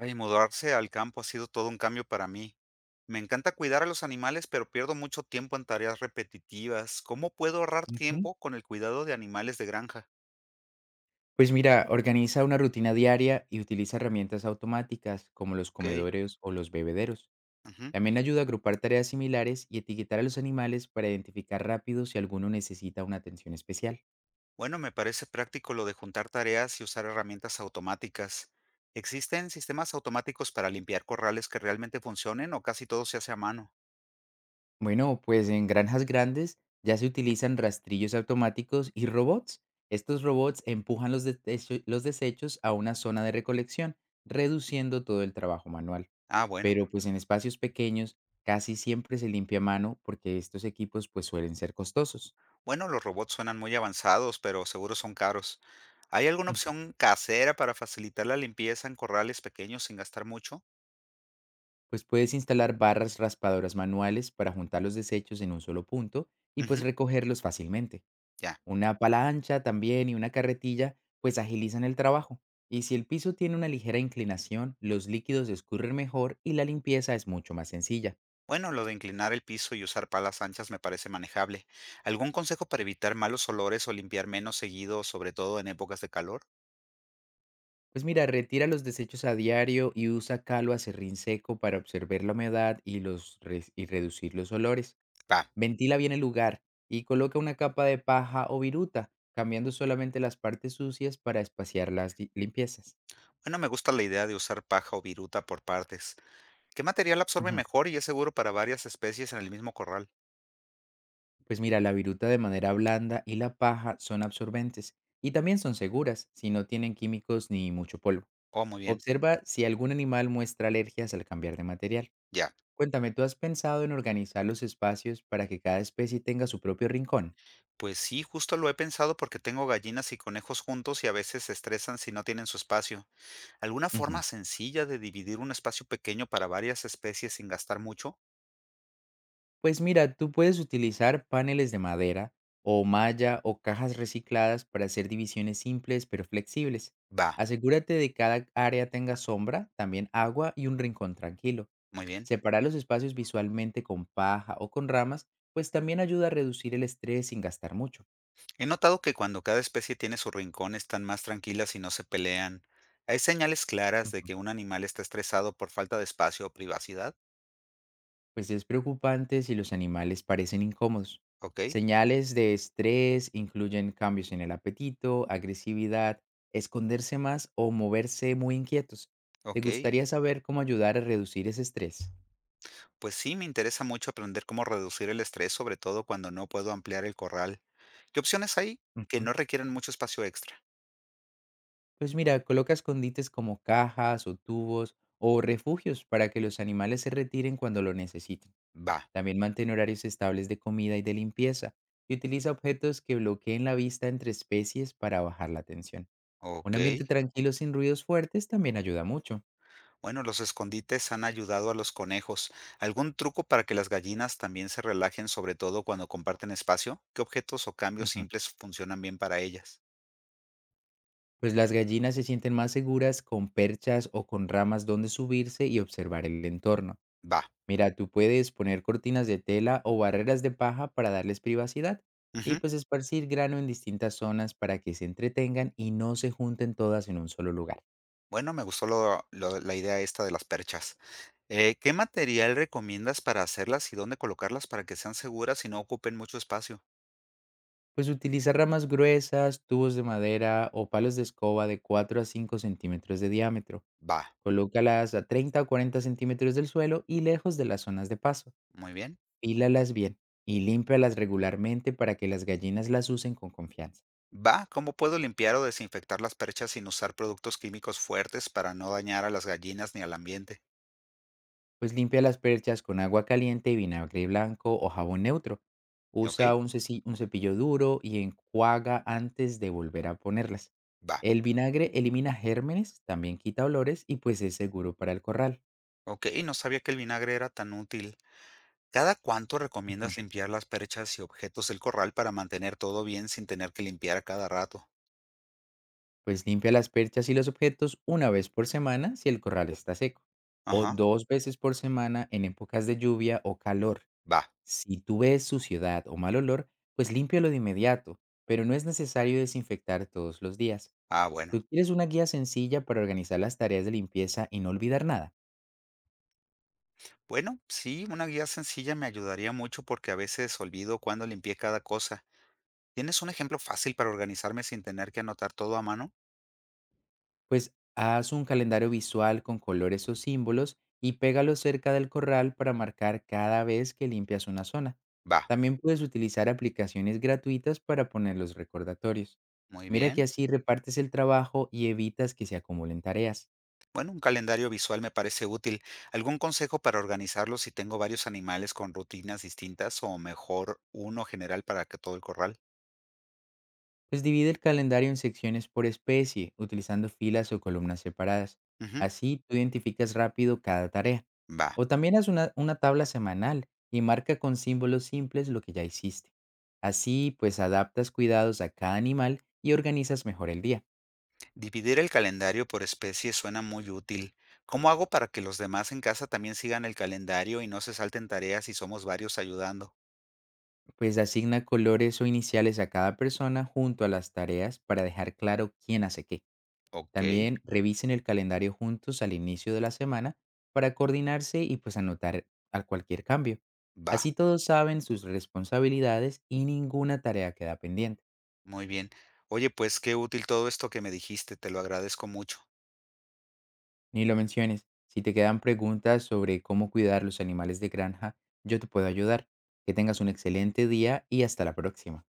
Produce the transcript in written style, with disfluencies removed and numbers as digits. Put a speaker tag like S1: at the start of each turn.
S1: Ay, mudarse al campo ha sido todo un cambio para mí. Me encanta cuidar a los animales, pero pierdo mucho tiempo en tareas repetitivas. ¿Cómo puedo ahorrar
S2: Ujú.
S1: tiempo con el cuidado de animales de granja?
S2: Pues mira, organiza una rutina diaria y utiliza herramientas automáticas como los
S1: Ok.
S2: comedores o los bebederos.
S1: Ujú.
S2: También ayuda a agrupar tareas similares y etiquetar a los animales para identificar rápido si alguno necesita una atención especial.
S1: Bueno, me parece práctico lo de juntar tareas y usar herramientas automáticas. ¿Existen sistemas automáticos para limpiar corrales que realmente funcionen o casi todo se hace a mano?
S2: Bueno, pues en granjas grandes ya se utilizan rastrillos automáticos y robots. Estos robots empujan los desechos a una zona de recolección, reduciendo todo el trabajo manual.
S1: Ah, bueno.
S2: Pero, pues, en espacios pequeños casi siempre se limpia a mano porque estos equipos, pues, suelen ser costosos.
S1: Bueno, los robots suenan muy avanzados, pero seguro son caros. ¿Hay alguna
S2: Ujú.
S1: opción casera para facilitar la limpieza en corrales pequeños sin gastar mucho?
S2: Pues puedes instalar barras raspadoras manuales para juntar los desechos en un solo punto y pues
S1: Ujú,
S2: recogerlos fácilmente.
S1: ya.
S2: Una pala también y una carretilla pues agilizan el trabajo. Y si el piso tiene una ligera inclinación, los líquidos escurren mejor y la limpieza es mucho más sencilla.
S1: Bueno, lo de inclinar el piso y usar palas anchas me parece manejable. ¿Algún consejo para evitar malos olores o limpiar menos seguido, sobre todo en épocas de calor?
S2: Pues mira, retira los desechos a diario y usa calo a serrín seco para observar la humedad y reducir los olores.
S1: Va.
S2: Ventila bien el lugar y coloca una capa de paja o viruta, cambiando solamente las partes sucias para espaciar las limpiezas.
S1: Bueno, me gusta la idea de usar paja o viruta por partes. ¿Qué material absorbe
S2: Ujú.
S1: mejor y es seguro para varias especies en el mismo corral?
S2: Pues mira, la viruta de madera blanda y la paja son absorbentes y también son seguras si no tienen químicos ni mucho polvo.
S1: Oh, muy bien.
S2: Observa si algún animal muestra alergias al cambiar de material.
S1: Ya.
S2: Cuéntame, ¿tú has pensado en organizar los espacios para que cada especie tenga su propio rincón?
S1: Pues sí, justo lo he pensado porque tengo gallinas y conejos juntos y a veces se estresan si no tienen su espacio. ¿Alguna
S2: Ujú.
S1: forma sencilla de dividir un espacio pequeño para varias especies sin gastar mucho?
S2: Pues mira, tú puedes utilizar paneles de madera o malla o cajas recicladas para hacer divisiones simples pero flexibles.
S1: Va.
S2: Asegúrate de que cada área tenga sombra, también agua y un rincón tranquilo.
S1: Muy bien.
S2: Separar los espacios visualmente con paja o con ramas, pues también ayuda a reducir el estrés sin gastar mucho.
S1: He notado que cuando cada especie tiene su rincón están más tranquilas y no se pelean. ¿Hay señales claras de
S2: Ujú.
S1: que un animal está estresado por falta de espacio o privacidad?
S2: Pues es preocupante si los animales parecen incómodos.
S1: Ok,
S2: Señales de estrés incluyen cambios en el apetito, agresividad, esconderse más o moverse muy inquietos. ¿Te
S1: ok.
S2: gustaría saber cómo ayudar a reducir ese estrés?
S1: Pues sí, me interesa mucho aprender cómo reducir el estrés, sobre todo cuando no puedo ampliar el corral. ¿Qué opciones hay que
S2: Ujú.
S1: no requieren mucho espacio extra?
S2: Pues mira, coloca escondites como cajas o tubos o refugios para que los animales se retiren cuando lo necesiten.
S1: Va,
S2: También mantén horarios estables de comida y de limpieza y utiliza objetos que bloqueen la vista entre especies para bajar la tensión. Un
S1: ok.
S2: ambiente tranquilo sin ruidos fuertes también ayuda mucho.
S1: Bueno, los escondites han ayudado a los conejos. ¿Algún truco para que las gallinas también se relajen, sobre todo cuando comparten espacio? ¿Qué objetos o cambios
S2: Ujú.
S1: simples funcionan bien para ellas?
S2: Pues las gallinas se sienten más seguras con perchas o con ramas donde subirse y observar el entorno.
S1: Va.
S2: Mira, tú puedes poner cortinas de tela o barreras de paja para darles privacidad y
S1: Ujú.
S2: pues esparcir grano en distintas zonas para que se entretengan y no se junten todas en un solo lugar.
S1: Bueno, me gustó lo la idea esta de las perchas. ¿Qué material recomiendas para hacerlas y dónde colocarlas para que sean seguras y no ocupen mucho espacio?
S2: Pues utilizar ramas gruesas, tubos de madera o palos de escoba de 4 a 5 centímetros de diámetro.
S1: Va,
S2: Colócalas a 30 o 40 centímetros del suelo y lejos de las zonas de paso.
S1: muy bien.
S2: Pílalas bien y límpialas regularmente para que las gallinas las usen con confianza.
S1: Va, ¿cómo puedo limpiar o desinfectar las perchas sin usar productos químicos fuertes para no dañar a las gallinas ni al ambiente?
S2: Pues limpia las perchas con agua caliente y vinagre blanco o jabón neutro.
S1: ¿Ok?
S2: Usa un cepillo duro y enjuaga antes de volver a ponerlas.
S1: Va.
S2: El vinagre elimina gérmenes, también quita olores y pues es seguro para el corral.
S1: Ok, no sabía que el vinagre era tan útil. ¿Cada cuánto
S2: Ujú.
S1: recomiendas limpiar las perchas y objetos del corral para mantener todo bien sin tener que limpiar a cada rato?
S2: Pues limpia las perchas y los objetos una vez por semana si el corral está seco, o
S1: Ajá,
S2: dos veces por semana en épocas de lluvia o calor.
S1: va.
S2: Si tú ves suciedad o mal olor, pues límpialo de inmediato, pero no es necesario desinfectar todos los días.
S1: Ah, bueno.
S2: ¿Tú quieres una guía sencilla para organizar las tareas de limpieza y no olvidar nada?
S1: Bueno, sí, una guía sencilla me ayudaría mucho porque a veces olvido cuándo limpié cada cosa. ¿Tienes un ejemplo fácil para organizarme sin tener que anotar todo a mano?
S2: Pues haz un calendario visual con colores o símbolos y pégalo cerca del corral para marcar cada vez que limpias una zona.
S1: Va,
S2: También puedes utilizar aplicaciones gratuitas para poner los recordatorios.
S1: muy
S2: Mira que
S1: bien.
S2: así repartes el trabajo y evitas que se acumulen tareas.
S1: Bueno, un calendario visual me parece útil. ¿Algún consejo para organizarlo si tengo varios animales con rutinas distintas o mejor uno general para que todo el corral?
S2: Pues divide el calendario en secciones por especie, utilizando filas o columnas separadas.
S1: Ujú,
S2: Así tú identificas rápido cada tarea.
S1: va.
S2: O también haz una tabla semanal y marca con símbolos simples lo que ya hiciste. Así pues adaptas cuidados a cada animal y organizas mejor el día.
S1: Dividir el calendario por especie suena muy útil. ¿Cómo hago para que los demás en casa también sigan el calendario y no se salten tareas si somos varios ayudando?
S2: Pues asigna colores o iniciales a cada persona junto a las tareas para dejar claro quién hace qué.
S1: Ok,
S2: También revisen el calendario juntos al inicio de la semana para coordinarse y pues anotar a cualquier cambio.
S1: va.
S2: Así todos saben sus responsabilidades y ninguna tarea queda pendiente.
S1: Muy bien. Oye, pues qué útil todo esto que me dijiste, te lo agradezco mucho.
S2: Ni lo menciones. Si te quedan preguntas sobre cómo cuidar los animales de granja, yo te puedo ayudar. Que tengas un excelente día y hasta la próxima.